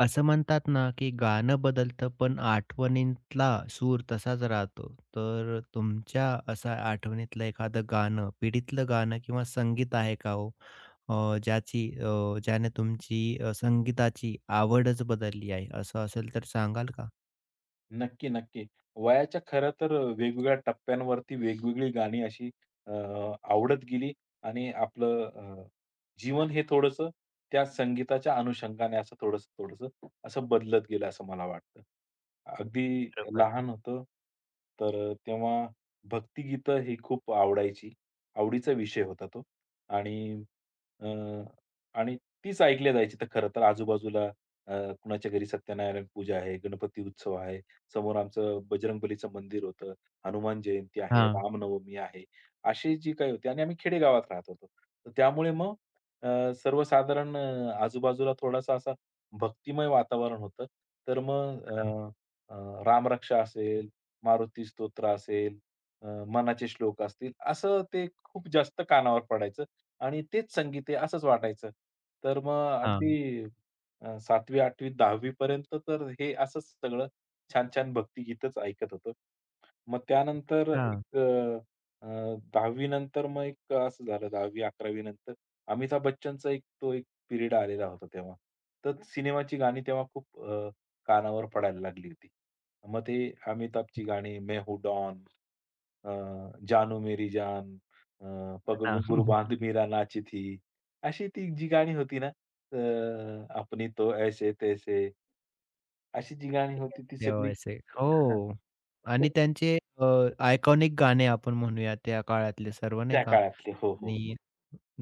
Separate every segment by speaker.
Speaker 1: असं म्हणतात ना, की गाणं बदलतं पण आठवणीतला सूर तसाच राहतो. तर तुमच्या असा आठवणीतलं एखादं गाणं, पिढीतलं गाणं किंवा संगीत आहे का हो? ज्याची ज्याने तुमची संगीताची आवडच बदलली आहे, असं असेल तर सांगाल का?
Speaker 2: नक्की, नक्की. वयाच्या खरं तर वेगवेगळ्या टप्प्यांवरती वेगवेगळी गाणी अशी अ, आवडत गेली आणि आपलं जीवन हे थोडंसं त्या संगीताच्या अनुषंगाने असं थोडंसं-थोडंसं असं बदलत गेलं असं मला वाटतं. अगदी
Speaker 1: बरोबर.
Speaker 2: लहान होतो, तर तेव्हा भक्तिगीतं ही खूप आवडायची. आवडीचा विषय होता तो आणि अ, आणि तीच ऐकली जायची तर खरं तर आजूबाजूला अ, कुणाच्या घरी सत्यनारायण पूजा आहे, गणपती उत्सव आहे. समोर आमचं बजरंगबलीचं मंदिर होतं, हनुमान जयंती आहे,
Speaker 1: हां,
Speaker 2: रामनवमी आहे, अशी जी काही होती आणि आम्ही खेडेगावात राहत होतो. तर त्यामुळे मग अ, सर्वसाधारण आजूबाजूला थोडासा असा भक्तिमय वातावरण होतं. तर मग
Speaker 1: हां,
Speaker 2: अ, अ, रामरक्षा असेल, मारुती स्तोत्र असेल, मनाचे श्लोक असतील, असं ते खूप जास्त कानावर पडायचं आणि तेच संगीत आहे असंच वाटायचं. तर मग
Speaker 1: हां,
Speaker 2: अगदी 7वी 8वी 10वी पर्यंत तर हे असंच सगळं छान-छान भक्तिगीतच ऐकत होतो. मग त्यानंतर एक
Speaker 1: हां,
Speaker 2: अ, अ, 10वी नंतर मग एक असं झालं 10वी-11वी नंतर अमिताभ बच्चनचा एक तो एक पिरियड आलेला होता तेव्हा. तर सिनेमाची गाणी तेव्हा खूप कानावर पडायला लागली होती. मग ते अमिताभची गाणी "मैं हूँ डॉन", अ, "जानू मेरी जान", अ, "पग घुंगरू बांध मीरा नाची थी", अशी ती जी गाणी होती ना, "अपनी तो ऐसे तैसे". अशी जी गाणी होती ती सगळी
Speaker 1: तेव्हाचे.
Speaker 2: हां,
Speaker 1: हो. आणि त्यांचे आयकॉनिक गाणे आपण म्हणूया त्या काळातले सर्व नाही
Speaker 2: त्या
Speaker 1: का?
Speaker 2: काळातली. हो, हो.
Speaker 1: आणि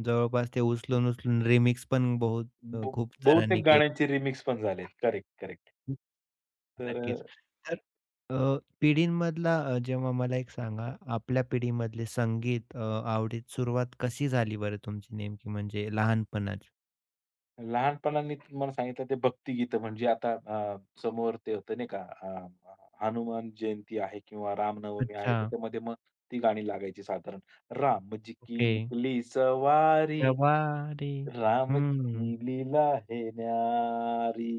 Speaker 1: जवळपास ते उचलून-उचलून रिमिक्स पण बहुत
Speaker 2: ब
Speaker 1: खूप जणांनी
Speaker 2: बहुतेक
Speaker 1: केले.
Speaker 2: गाण्यांचे रिमिक्स पण झालेत. Correct, correct.
Speaker 1: नक्कीच.
Speaker 2: तर
Speaker 1: तर पिढींमधला जेव्हा मला एक सांगा, आपल्या पिढीमधले संगीत आवडीत सुरुवात कशी झाली बरं तुमची नेमकी म्हणजे लहानपणाची?
Speaker 2: लहानपणाने तुम्हाला सांगितलं ते भक्तिगीतं म्हणजे आता समोर ते होतं नाही का हनुमान जयंती आहे किंवा रामनवमी आहे
Speaker 1: अच्छा.
Speaker 2: त्याच्यामध्ये मग ती गाणी लागायची साधारण. रामजी की
Speaker 1: ओके.
Speaker 2: निकली सवारी
Speaker 1: तवा रे
Speaker 2: रामजी
Speaker 1: हम्म.
Speaker 2: की लीला है न्यारी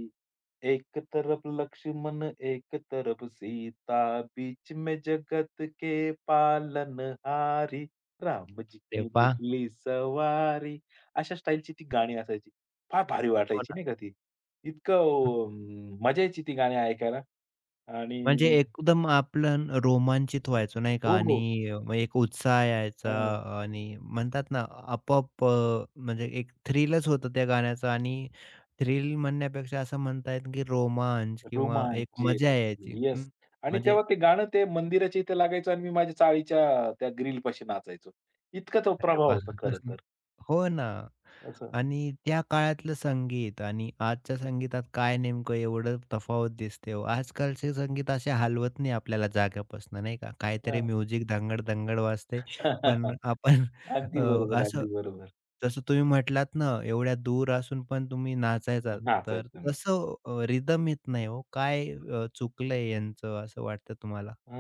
Speaker 2: एक तरफ लक्ष्मण एक तरफ सीता बीच में जगत के पालनहारी रामजी
Speaker 1: अरे
Speaker 2: की
Speaker 1: वाह!
Speaker 2: निकली सवारी अशा स्टाईलची ती गाणी असायची. फार भारी
Speaker 1: हो
Speaker 2: वाटायची
Speaker 1: ना.
Speaker 2: नाही का ती. इतकं मजा यायची ती गाणी ऐकायला आणि
Speaker 1: म्हणजे एकदम आपलं रोमांचित व्हायचो नाही का
Speaker 2: हो, हो.
Speaker 1: आणि मग एक उत्साह यायचा आणि म्हणतात ना आपोआप म्हणजे एक थ्रिलच होतं त्या गाण्याचं आणि थ्रिल म्हणण्यापेक्षा असं म्हणता येईल की रोमांच किंवा एक मजा
Speaker 2: रोमांचक.
Speaker 1: यायची. हं.
Speaker 2: येस. आणि
Speaker 1: म्हणजे
Speaker 2: तेव्हा ते गाणं ते मंदिराच्या इथे लागायचं आणि मी माझ्या चाळीच्या त्या ग्रिलपाशी नाचायचो. इतका तो
Speaker 1: अरे
Speaker 2: प्रभाव
Speaker 1: वाह!
Speaker 2: होता खरं तर.
Speaker 1: हो ना.
Speaker 2: असं.
Speaker 1: आणि त्या काळातलं संगीत आणि आजच्या संगीतात काय नेमकं एवढं तफावत दिसते हो? आजकालचे संगीत असे हलवत नाही आपल्याला जाग्यापासून नाही का? काहीतरी
Speaker 2: हां.
Speaker 1: म्युझिक धंगड-धंगड वाजते. पण आपण अ,
Speaker 2: अगदी बरोबर,
Speaker 1: असं
Speaker 2: अगदी बरोबर.
Speaker 1: जसं तुम्ही म्हटलात ना, एवढ्या दूर असून पण तुम्ही नाचायचात. तर
Speaker 2: नाचायचो मी.
Speaker 1: तसं रिदम येत नाही हो. काय चुकलंय यांचं असं वाटतं तुम्हाला?
Speaker 2: अ,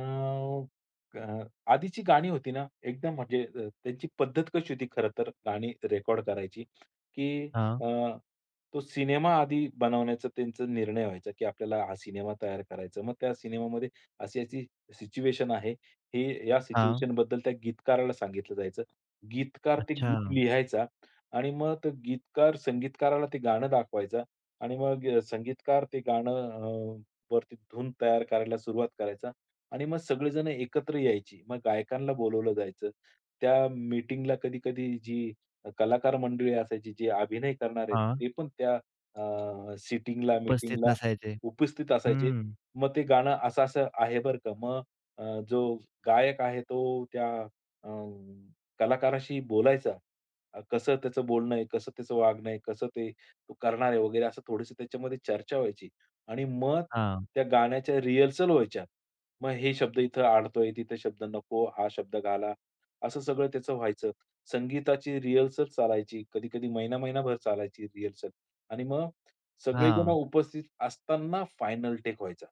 Speaker 2: अ, आधीची गाणी होती ना, एकदम म्हणजे त्यांची पद्धत कशी होती खरं तर गाणी रेकॉर्ड करायची, की
Speaker 1: हां,
Speaker 2: अ, तो सिनेमा आधी बनवण्याचा त्यांचा निर्णय व्हायचा, की आपल्याला हा सिनेमा तयार करायचा. मग त्या सिनेमामध्ये अशी-अशी सिच्युएशन आहे, हे या
Speaker 1: हां.
Speaker 2: सिच्युएशनबद्दल त्या गीतकाराला सांगितलं जायचं. गीतकार ते
Speaker 1: अच्छा.
Speaker 2: गीत लिहायचा आणि मग तो गीतकार संगीतकाराला ते गाणं दाखवायचा आणि मग संगीतकार ते गाणं वरती धून तयार करायला सुरुवात करायचा आणि मग सगळेजण एकत्र यायची. मग गायकांना बोलावलं जायचं. त्या मीटिंगला कधी-कधी जी कलाकार मंडळी असायची, जे अभिनय करणारे
Speaker 1: हां.
Speaker 2: ते पण त्या सिटिंगला,
Speaker 1: उपस्थित
Speaker 2: मीटिंगला
Speaker 1: नसायचे.
Speaker 2: उपस्थित असायचे.
Speaker 1: हं.
Speaker 2: मग ते गाणं असं-असं आहे बरं का. मग जो गायक आहे तो त्या अ, कलाकाराशी बोलायचा. कसं त्याचं बोलणं आहे, कसं त्याचं वागणं आहे, कसं ते तो करणार आहे वगैरे असं थोडीशी त्याच्यामध्ये चर्चा व्हायची आणि मग
Speaker 1: हां,
Speaker 2: त्या गाण्याच्या रिहर्सल व्हायच्या. मग हे शब्द इथं अडतोय, तिथे शब्द नको, हा शब्द घाला, असं सगळं त्याचं व्हायचं. संगीताची रिहर्सल चालायची. कधी-कधी महिना-महिनाभर चालायची रिहर्सल आणि मग सगळेजण
Speaker 1: हां.
Speaker 2: उपस्थित असताना फायनल टेक व्हायचा.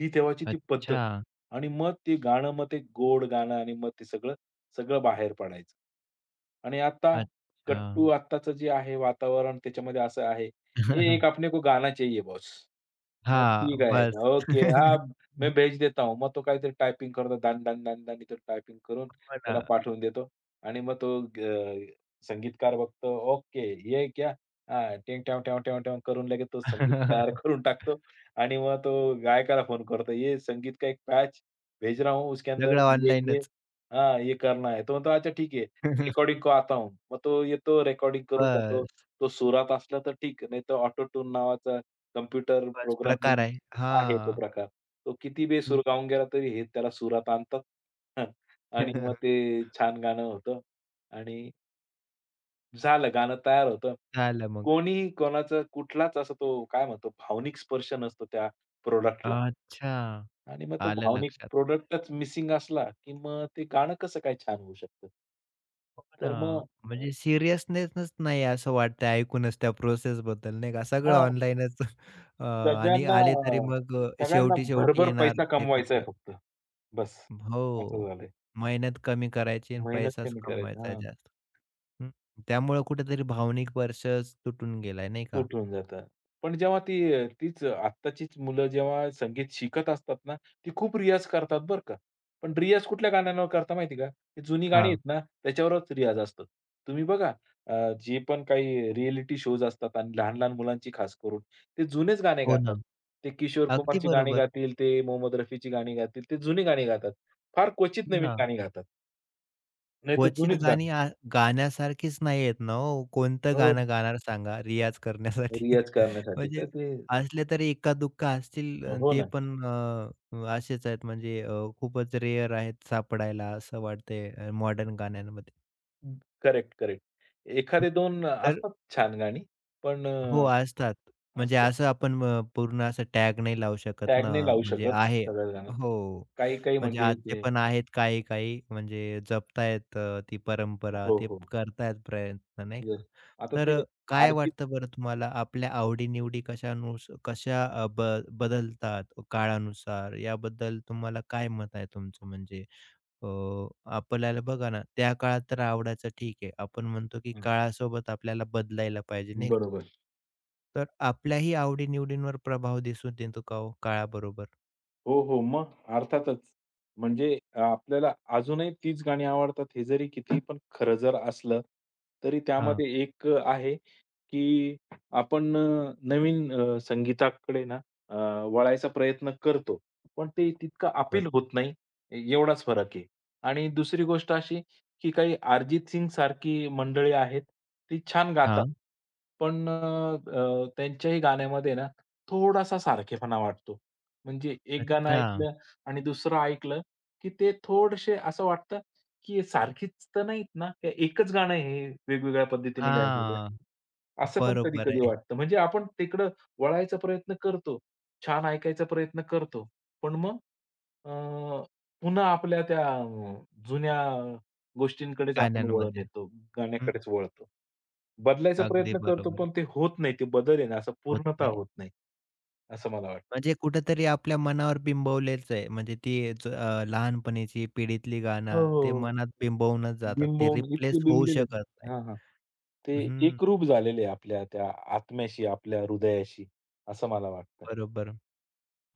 Speaker 2: ही तेव्हाची ती पद्धत
Speaker 1: अच्छा,
Speaker 2: आणि मग ते गाणं, मग ते गोड गाणं आणि मग ते सगळं, सगळं बाहेर पडायचं. आणि आता
Speaker 1: अच्छा.
Speaker 2: कट्टू आत्ताचं जे आहे वातावरण त्याच्यामध्ये असं आहे, "ये एक अपने को गाना चाहिए बॉस." मग
Speaker 1: हां,
Speaker 2: ठीक आहे.
Speaker 1: बस.
Speaker 2: ओके. हां, मी भेज देता हूँ. मग तो काहीतरी टायपिंग करतो. दण, दण, दण, दण इथं टायपिंग करून
Speaker 1: हो ना.
Speaker 2: त्याला पाठवून देतो आणि मग तो ग संगीतकार बघतो. ओके, ये क्या? हां, टिंग टॅव, टॅव, टॅव, टॅव करून लगेच तो संगीत तयार करून टाकतो आणि मग तो गायकाला फोन करतो. "ये संगीत का एक पैच भेज रहा हूँ, उसके अंदर
Speaker 1: सगळं
Speaker 2: ये, ये
Speaker 1: ऑनलाईनच.
Speaker 2: हाँ, ये करना है." तो म्हणतो, "अच्छा ठीक है. रेकॉर्डिंग को आता हूँ." मग तो येतो रेकॉर्डिंग करून जातो.
Speaker 1: बस,
Speaker 2: तो सुरात असला तर ठीक, नाहीतर ऑटो ट्यून नावाचा कॉम्प्युटर
Speaker 1: बस प्रकार
Speaker 2: प्रोग्रामिंग
Speaker 1: आहे.
Speaker 2: आहे तो
Speaker 1: हां.
Speaker 2: प्रकार. तो किती बेसूर गाऊन गेला तरी हे त्याला सुरात आणतात आणि मग ते छान गाणं होतं आणि झालं गाणं तयार होतं.
Speaker 1: झालं मग.
Speaker 2: कोणीही कोणाचा कुठलाच असा तो काय म्हणतो भावनिक स्पर्श नसतो त्या प्रॉडक्टला
Speaker 1: अच्छा,
Speaker 2: आणि मग तो
Speaker 1: आलं
Speaker 2: भावनिक
Speaker 1: लक्षात.
Speaker 2: प्रॉडक्टच मिसिंग असला, की मग ते गाणं कसं काय छान होऊ शकतं?
Speaker 1: हो
Speaker 2: तर
Speaker 1: ना.
Speaker 2: मग
Speaker 1: म्हणजे सिरियसनेसच नाही असं वाटतंय ऐकूनच त्या प्रोसेसबद्दल नाही का? सगळं ऑनलाईनच आणि
Speaker 2: सगळ्यांना
Speaker 1: आले तरी मग
Speaker 2: सगळ्यांना
Speaker 1: शेवटी, शेवटी
Speaker 2: भरभर
Speaker 1: येणार
Speaker 2: पैसा कमवायचा
Speaker 1: एकत्र.
Speaker 2: आहे फक्त. बस असं
Speaker 1: हो.
Speaker 2: झालंय.
Speaker 1: मेहनत कमी करायची आणि
Speaker 2: मेहनत
Speaker 1: पैसाच
Speaker 2: कमी करायची.
Speaker 1: कमवायचा आहे
Speaker 2: हां.
Speaker 1: जास्त. हं. त्यामुळं कुठेतरी भावनिक वर्षच तुटून गेलाय, नाही का?
Speaker 2: तुटून जातं. पण जेव्हा ती तीच आत्ताचीच मुलं जेव्हा संगीत शिकत असतात ना, ती खूप रियाज करतात बरं का. पण रियाज कुठल्या गाण्यांवर करता माहिती आहे का? ती जुनी गाणी
Speaker 1: हां.
Speaker 2: आहेत ना, त्याच्यावरच रियाज असतो. तुम्ही बघा अ, जे पण काही रिएलिटी शोज असतात आणि लहान-लहान मुलांची खास करून, ते जुनेच गाणे
Speaker 1: हो ना.
Speaker 2: गातात. ते किशोर
Speaker 1: अगदी
Speaker 2: कुमारची गाणी
Speaker 1: बरोबर.
Speaker 2: गातील, ते मोहम्मद रफीची गाणी गातील, ते जुनी गाणी गातात. फार क्वचित
Speaker 1: हो
Speaker 2: नवीन
Speaker 1: ना.
Speaker 2: गाणी गातात. नाहीतर
Speaker 1: क्वचित
Speaker 2: जुनीच गाणी.
Speaker 1: गाणी आ गाण्यासारखीच नाही आहेत ना हो. कोणतं
Speaker 2: हो,
Speaker 1: गाणं गाणार सांगा रियाज करण्यासाठी?
Speaker 2: रियाज करण्यासाठी
Speaker 1: म्हणजे
Speaker 2: तर ते
Speaker 1: असले तरी एका-दुक्का असतील अन्
Speaker 2: हो
Speaker 1: ते
Speaker 2: ना.
Speaker 1: पण असेच आहेत म्हणजे खूपच रेअर आहेत सापडायला असं वाटतंय मॉडर्न गाण्यांमध्ये.
Speaker 2: Correct, correct. एखादे दोन
Speaker 1: तर
Speaker 2: असतात छान गाणी, पण
Speaker 1: हो, असतात. म्हणजे
Speaker 2: असतात.
Speaker 1: असं आपण पूर्ण असं टॅग नाही लावू शकत
Speaker 2: टॅग
Speaker 1: ना,
Speaker 2: नाही लावू
Speaker 1: म्हणजे
Speaker 2: शकत
Speaker 1: आहे
Speaker 2: सगळ्या गाणं.
Speaker 1: हो.
Speaker 2: काही-काही
Speaker 1: म्हणजे
Speaker 2: म्हणजे
Speaker 1: आजचे
Speaker 2: ते
Speaker 1: पण आहेत काही-काही म्हणजे जपतायत ती परंपरा,
Speaker 2: हो,
Speaker 1: ते
Speaker 2: हो.
Speaker 1: करतायत प्रयत्न नाही
Speaker 2: येस.
Speaker 1: का.
Speaker 2: आता
Speaker 1: तर
Speaker 2: ते
Speaker 1: काय
Speaker 2: अर्जित
Speaker 1: वाटतं बरं तुम्हाला आपल्या आवडी-निवडी कशानुस कशा ब बदलतात काळानुसार याबद्दल तुम्हाला काय मत आहे तुमचं? म्हणजे अ, आपल्याला बघा ना, त्या काळात तर आवडायचं ठीक आहे. आपण म्हणतो की
Speaker 2: हं,
Speaker 1: काळासोबत आपल्याला बदलायला पाहिजे नाही का.
Speaker 2: बरोबर.
Speaker 1: तर आपल्याही आवडी-निवडींवर प्रभाव दिसून येतो का हो काळाबरोबर?
Speaker 2: हो, हो. मग अर्थातच. म्हणजे आपल्याला अजूनही तीच गाणी आवडतात हे जरी किती पण खरं जर असलं, तरी
Speaker 1: हां,
Speaker 2: त्यामध्ये एक आहे, की आपण नवीन संगीताकडे ना अ, वळायचा प्रयत्न करतो. पण ते तितकं अपील
Speaker 1: बरं.
Speaker 2: होत नाही, एवढाच फरक आहे. आणि दुसरी गोष्ट अशी, की काही अरिजित सिंग सारखी मंडळी आहेत, ती छान गातात.
Speaker 1: हां.
Speaker 2: पण अ, अ, त्यांच्याही गाण्यामध्ये ना थोडासा सारखेपणा वाटतो. म्हणजे एक गाणं
Speaker 1: अच्छा.
Speaker 2: ऐकलं आणि दुसरं ऐकलं, की ते थोडेसे असं वाटतं, की सारखीच तर नाहीत ना? का एकच गाणं हे वेगवेगळ्या पद्धतीने गायलेलं आहे.
Speaker 1: हां.
Speaker 2: असं पण
Speaker 1: बरोबर
Speaker 2: कधी-कधी
Speaker 1: आहे.
Speaker 2: वाटतं. म्हणजे आपण तिकडं वळायचा प्रयत्न करतो, छान ऐकायचा प्रयत्न करतो. पण मग अ, पुन्हा आपल्या त्या जुन्या गोष्टींकडेच आपण वळण
Speaker 1: गाण्यांमध्ये.
Speaker 2: येतो,
Speaker 1: हं,
Speaker 2: गाण्याकडेच वळतो. बदलायचा
Speaker 1: अगदी
Speaker 2: प्रयत्न करतो,
Speaker 1: बरोबर.
Speaker 2: पण ते होत नाही. ते बदल आहे ना, असं
Speaker 1: होत
Speaker 2: पूर्णतः
Speaker 1: नाही.
Speaker 2: होत नाही, असं मला वाटतं.
Speaker 1: म्हणजे कुठेतरी आपल्या मनावर बिंबवलेच आहे. म्हणजे ती ज लहानपणीची पिढीतली
Speaker 2: हो,
Speaker 1: गाणं ते
Speaker 2: हो. हो.
Speaker 1: मनात बिंबवूनच जातात. ते
Speaker 2: बिंबवून
Speaker 1: रिप्लेस
Speaker 2: इतके
Speaker 1: होऊ
Speaker 2: बिंबलेले आहेत.
Speaker 1: शकत नाही.
Speaker 2: हां, हां. ते
Speaker 1: हं,
Speaker 2: एकरूप झालेले आहे आपल्या त्या आत्म्याशी, आपल्या हृदयाशी, असं मला वाटतं.
Speaker 1: बरोबर.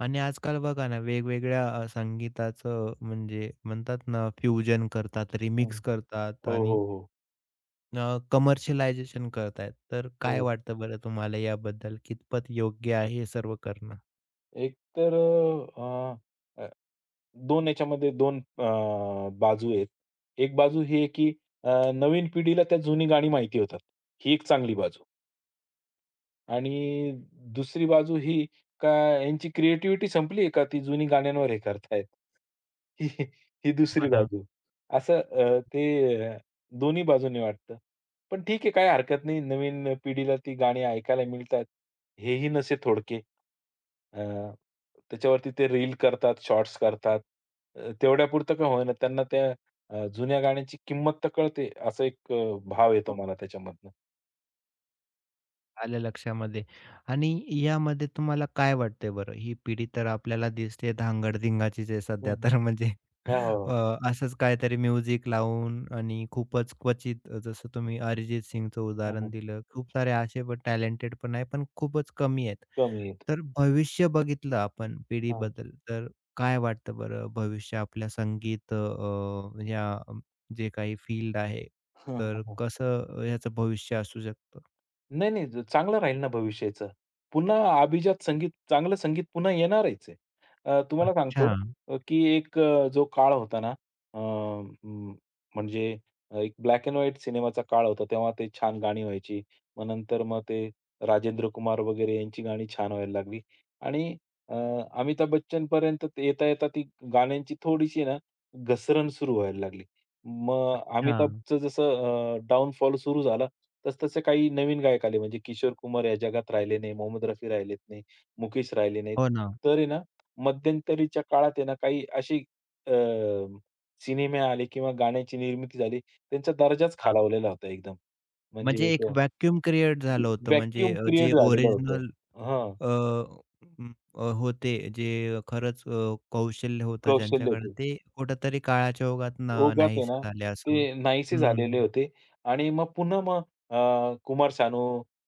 Speaker 1: आणि आजकाल बघा ना वेगवेगळ्या संगीताचं म्हणजे म्हणतात ना फ्युजन करतात,
Speaker 2: हं.
Speaker 1: रिमिक्स करतात
Speaker 2: हो,
Speaker 1: आणि
Speaker 2: हो, हो.
Speaker 1: कमर्शियलायझेशन करतायत. तर काय
Speaker 2: बरोबर.
Speaker 1: वाटतं बरं तुम्हाला याबद्दल? कितपत योग्य आहे हे सर्व करणं?
Speaker 2: एक तर अ, अ, अ, दोन याच्यामध्ये 2 बाजू आहेत. एक बाजू ही आहे, की नवीन पिढीला त्या जुनी गाणी माहिती होतात. ही एक चांगली बाजू. आणि दुसरी बाजू ही का यांची क्रिएटिव्हिटी संपलीये का ती जुनी गाण्यांवर हे करतायत? ही ही
Speaker 1: हो
Speaker 2: दुसरी
Speaker 1: ना.
Speaker 2: बाजू. असं दोन्ही बाजूंनी वाटतं. पण ठीक आहे काही हरकत नाही. नवीन पिढीला ती गाणी ऐकायला मिळतात. हेही नसे थोडके. अ, त्याच्यावरती ते रील करतात, शॉर्ट्स करतात. तेवढ्यापुरतं का होईना त्यांना त्या जुन्या गाण्याची किंमत तर कळते असा एक भाव येतो मला त्याच्यामधनं.
Speaker 1: आलं लक्षामध्ये आणि यामध्ये तुम्हाला काय वाटतंय बरं? ही पिढी तर आपल्याला दिसते धांगडधिंगाचीच आहे
Speaker 2: हं,
Speaker 1: सध्या तर म्हणजे
Speaker 2: हो,
Speaker 1: अ,
Speaker 2: हो.
Speaker 1: असंच काहीतरी म्युझिक लावून आणि खूपच क्वचित जसं तुम्ही अरिजित सिंगचं उदाहरण
Speaker 2: हो.
Speaker 1: दिलं. खूप सारे असे पण टॅलेंटेड पण आहे, पण खूपच कमी आहेत.
Speaker 2: कमी आहेत.
Speaker 1: तर भविष्य बघितलं आपण
Speaker 2: हां.
Speaker 1: पिढीबद्दल, तर काय वाटतं बरं भविष्य आपल्या संगीत या अम, जे काही फील्ड आहे,
Speaker 2: हां, हां,
Speaker 1: तर
Speaker 2: हां.
Speaker 1: कसं ह्याचं भविष्य असू शकतं?
Speaker 2: नाही, नाही. चांगलं राहील ना भविष्याचं. पुन्हा अभिजात संगीत, चांगलं संगीत पुन्हा येणारच आहे. तुम्हाला
Speaker 1: अच्छा.
Speaker 2: सांगतो की एक जो काळ होता ना, अ, म म्हणजे एक ब्लॅक एंड व्हाईट सिनेमाचा काळ होता. तेव्हा ते छान गाणी व्हायची. मग नंतर मग ते राजेंद्र कुमार वगैरे यांची गाणी छान व्हायला लागली आणि अ, अमिताभ बच्चनपर्यंत येता-येता ती गाण्यांची थोडीशी ना घसरण सुरू व्हायला लागली. मग
Speaker 1: हां,
Speaker 2: अमिताभचं जसं सुरू झाला, तसतसे काही नवीन गायक आले म्हणजे किशोर कुमार या जगात राहिले नाही, मोहम्मद रफी राहिलेत नाही, मुकेश राहिले नाहीत.
Speaker 1: हो ना.
Speaker 2: तर आहे ना, मध्यंतरीच्या काळात आहे ना, काही असे अ, सिनेमे आले किंवा गाण्याची निर्मिती झाली, त्यांचा दर्जाच
Speaker 1: हां,
Speaker 2: खालावलेला होता एकदम.
Speaker 1: म्हणजे
Speaker 2: म्हणजे
Speaker 1: एक
Speaker 2: ते
Speaker 1: व्हॅक्यूम क्रिएट झालं होतं म्हणजे
Speaker 2: व्हॅक्यूम
Speaker 1: जे
Speaker 2: क्रिएट झालेलं होतं.
Speaker 1: ओरिजिनल
Speaker 2: हां,
Speaker 1: होते जे खरंच कौशल्य होतं
Speaker 2: कौशल्य
Speaker 1: ज्यांच्याकडे
Speaker 2: होतं.
Speaker 1: ते कुठेतरी काळाच्या ओघात ना
Speaker 2: ओघात आहे
Speaker 1: नाहीसे
Speaker 2: ना,
Speaker 1: झाले असं म्हण
Speaker 2: ते नाहीसे झालेले
Speaker 1: हं,
Speaker 2: होते आणि मग पुन्हा कुमार सानू,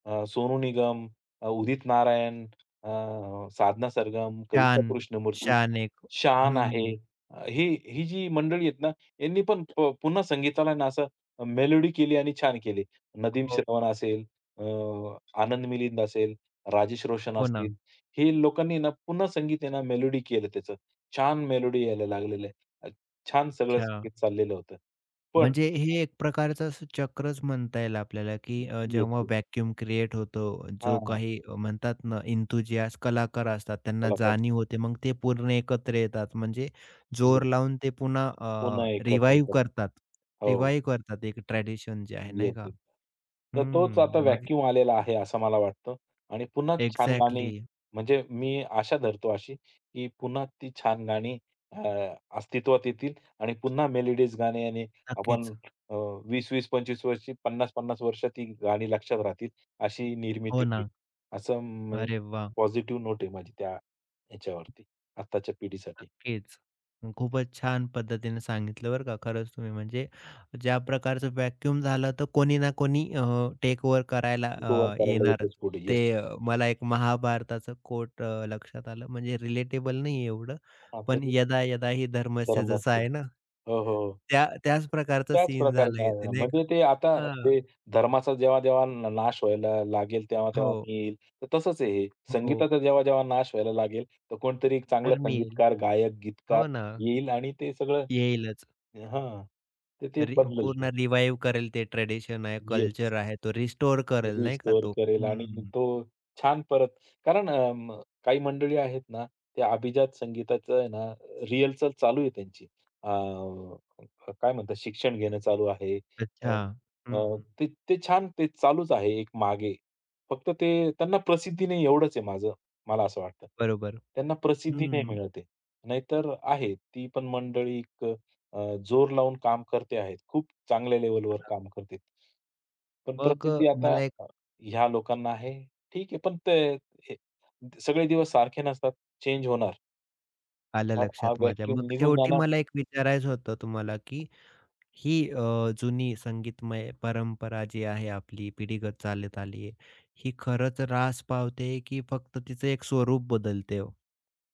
Speaker 2: सोनू निगम, उदित नारायण, अ, साधना सरगम, कविता
Speaker 1: शान,
Speaker 2: कृष्णमूर्ती
Speaker 1: शान एक.
Speaker 2: शान आहे.
Speaker 1: हं,
Speaker 2: अ, ही ही जी मंडळी आहेत ना, यांनी पण पुन्हा संगीताला ना असं मेलोडी केली आणि छान केली. नदीम
Speaker 1: हो,
Speaker 2: श्रवण असेल, अ, आनंद मिलिंद असेल, राजेश रोशन
Speaker 1: हो ना.
Speaker 2: असतील. हे लोकांनी ना पुन्हा संगीत आहे ना मेलोडी केलं त्याचं. छान मेलोडी यायला लागलेलं आहे. अ, छान सगळं
Speaker 1: अच्छा.
Speaker 2: संगीत चाललेलं होतं. पण
Speaker 1: म्हणजे हे एक प्रकारचं असं चक्रच म्हणता येईल आपल्याला, की
Speaker 2: येस,
Speaker 1: जेव्हा
Speaker 2: येस.
Speaker 1: व्हॅक्यूम क्रिएट होतो, जो काही म्हणतात ना एन्थुसियास्ट कलाकार असतात, त्यांना
Speaker 2: कलाकार
Speaker 1: जाणीव होते. मग ते पूर्ण एकत्र येतात. म्हणजे
Speaker 2: येस.
Speaker 1: जोर लावून ते पुन्हा
Speaker 2: पुन्हा एकत्र
Speaker 1: रिवाईव्ह
Speaker 2: करून.
Speaker 1: करतात.
Speaker 2: हो.
Speaker 1: रिवाईव्ह करतात एक ट्रेडिशन जे आहे, नाही
Speaker 2: येस,
Speaker 1: का?
Speaker 2: येस. तर तोच
Speaker 1: हं.
Speaker 2: आता
Speaker 1: मग
Speaker 2: व्हॅक्यूम आलेला आहे असं मला वाटतं आणि पुन्हा छान गाणी
Speaker 1: एक्झॅक्टली.
Speaker 2: म्हणजे मी आशा धरतो अशी, की पुन्हा ती छान गाणी अ, अस्तित्वात येतील आणि पुन्हा मेलोडीज गाणी आणि आपण
Speaker 1: नक्कीच.
Speaker 2: अ, 20-20, 25 वर्षी, 50-50 वर्ष ती गाणी लक्षात राहतील अशी निर्मिती
Speaker 1: हो
Speaker 2: होईल.
Speaker 1: ना.
Speaker 2: असं
Speaker 1: अरे वाह!
Speaker 2: पॉझिटिव्ह नोट आहे माझी त्या ह्याच्यावरती, आत्ताच्या पिढीसाठी.
Speaker 1: नक्कीच. खूपच छान पद्धतीने सांगितलं बरं का खरंच तुम्ही म्हणजे ज्या प्रकारचं व्हॅक्यूम झालं तर कोणी ना कोणी टेक ओव्हर करायला
Speaker 2: रिकव्हर करायला
Speaker 1: येणारच.
Speaker 2: येतोच पुढे.
Speaker 1: ते
Speaker 2: येस.
Speaker 1: मला एक महाभारताचं कोट लक्षात आलं म्हणजे रिलेटेबल नाही एवढं,
Speaker 2: हां,
Speaker 1: पण
Speaker 2: तरी
Speaker 1: "यदा यदा ही धर्मस्य" जसं
Speaker 2: धर्माचे.
Speaker 1: आहे ना,
Speaker 2: हो, हो, हो.
Speaker 1: त्या त्याच प्रकारचं
Speaker 2: त्याच
Speaker 1: सीन
Speaker 2: प्रकारे
Speaker 1: झालं
Speaker 2: न्याय
Speaker 1: इथे
Speaker 2: मिळाला.
Speaker 1: नाही का?
Speaker 2: म्हणजे ते आता
Speaker 1: हां.
Speaker 2: जे धर्माचा जेव्हा-जेव्हा नाश व्हायला लागेल, तेव्हा-तेव्हा
Speaker 1: हो,
Speaker 2: मी येईल. तर तसंच आहे हे.
Speaker 1: हो.
Speaker 2: संगीताचा जेव्हा-जेव्हा नाश व्हायला लागेल, तर कोणतरी एक चांगला
Speaker 1: तर मी येईल.
Speaker 2: संगीतकार, गायक, गीतकार
Speaker 1: हो ना,
Speaker 2: येईल आणि ते सगळं
Speaker 1: येईलच.
Speaker 2: हां. तर ते
Speaker 1: रि
Speaker 2: बदलेल ते.
Speaker 1: पूर्ण रिवाईव्ह करेल ते ट्रेडिशन आहे,
Speaker 2: येस.
Speaker 1: कल्चर आहे, तो रिस्टोअर करेल नाही का
Speaker 2: रिस्टोअर
Speaker 1: तो.
Speaker 2: करेल आणि
Speaker 1: हं.
Speaker 2: तो छान परत कारण काही मंडळी आहेत ना, ते अभिजात संगीताचं आहे ना, रिहर्सल चालू आहे त्यांची. अ, काय म्हणतात शिक्षण घेणं चालू आहे.
Speaker 1: अच्छा.
Speaker 2: अ, अ,
Speaker 1: हं.
Speaker 2: ते ते छान ते चालूच आहे एक मागे. फक्त ते त्यांना प्रसिद्धी नाही एवढंच आहे माझं मला असं वाटतं.
Speaker 1: बरोबर.
Speaker 2: त्यांना प्रसिद्धी नाही
Speaker 1: हं.
Speaker 2: मिळत नाहीतर आहे ती पण मंडळी जोर लावून काम करते आहेत. खूप चांगल्या लेव्हलवर काम करते. पण
Speaker 1: मग
Speaker 2: प्रसिद्धी आता
Speaker 1: मला एक
Speaker 2: ह्या लोकांना आहे. ठीक आहे, पण ते हे सगळे दिवस सारखे नसतात. चेंज होणार.
Speaker 1: आलं
Speaker 2: हा हा
Speaker 1: लक्षात माझ्या.
Speaker 2: व्हॅक्यूम
Speaker 1: मग
Speaker 2: निघून
Speaker 1: शेवटी
Speaker 2: जाणार.
Speaker 1: मला एक विचारायचं होतं तुम्हाला, की ही जुनी संगीतमय परंपरा जी आहे आपली पिढीगत चालत आली आहे, ही खरंच ऱ्हास पावते की फक्त तिचं एक स्वरूप बदलते हो?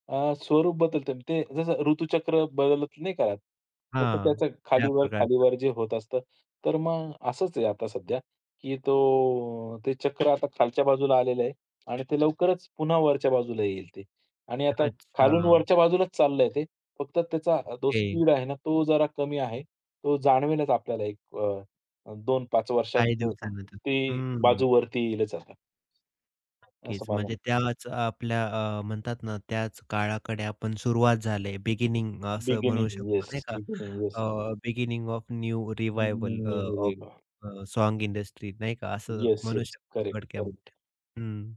Speaker 2: स्वरूप बदलतं. ते जसं ऋतुचक्र बदलत नाही का, तसं
Speaker 1: हां.
Speaker 2: त्याचं
Speaker 1: त्या
Speaker 2: खालीवर,
Speaker 1: प्रकारचं.
Speaker 2: खालीवर जे होत असतं. तर मग असंच आहे आता सध्या, की तो ते चक्र आता खालच्या बाजूला आलेलं आहे आणि ते लवकरच पुन्हा वरच्या बाजूला येईल ते. आणि आता खालून
Speaker 1: अच्छा.
Speaker 2: वरच्या बाजूलाच चाललंय ते. फक्त त्याचा जो
Speaker 1: ते
Speaker 2: स्पीड आहे ना, तो जरा कमी आहे. तो जाणवेलच आपल्याला एक 2-5 वर्षात
Speaker 1: काही दिवसानंतर.
Speaker 2: ती
Speaker 1: हं.
Speaker 2: बाजू वरती येईलच आता. असं
Speaker 1: नक्कीच.
Speaker 2: मला
Speaker 1: म्हणजे त्याच आपल्या म्हणतात ना, त्याच काळाकडे आपण सुरुवात झाले. बिगिनिंग असं म्हणू
Speaker 2: बिगिनिंग
Speaker 1: शकतो
Speaker 2: येस,
Speaker 1: नाही का?
Speaker 2: Beginning
Speaker 1: beginning of new revival of
Speaker 2: yes.
Speaker 1: Song industry नाही का? असं
Speaker 2: येस,
Speaker 1: म्हणू
Speaker 2: येस.
Speaker 1: शकतो
Speaker 2: करेक्ट, करेक्ट.
Speaker 1: थोडक्यामध्ये. हं.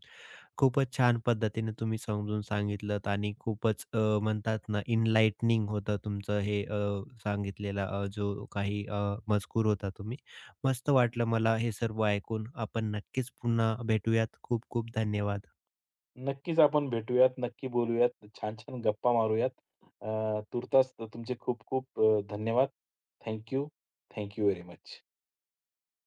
Speaker 1: खूपच छान पद्धतीने तुम्ही समजून सांगितलंत आणि खूपच म्हणतात ना इनलाइटनिंग होतं तुमचं हे सांगितलेला जो काही मजकूर होता तुम्ही. मस्त वाटलं मला हे सर्व ऐकून. आपण नक्कीच पुन्हा भेटूयात. खूप खूप धन्यवाद.
Speaker 2: नक्कीच आपण भेटूयात, नक्की बोलूयात, छान-छान गप्पा मारूयात. अ, तूर्तास तुमचे खूप-खूप धन्यवाद. Thank you. Thank you very much.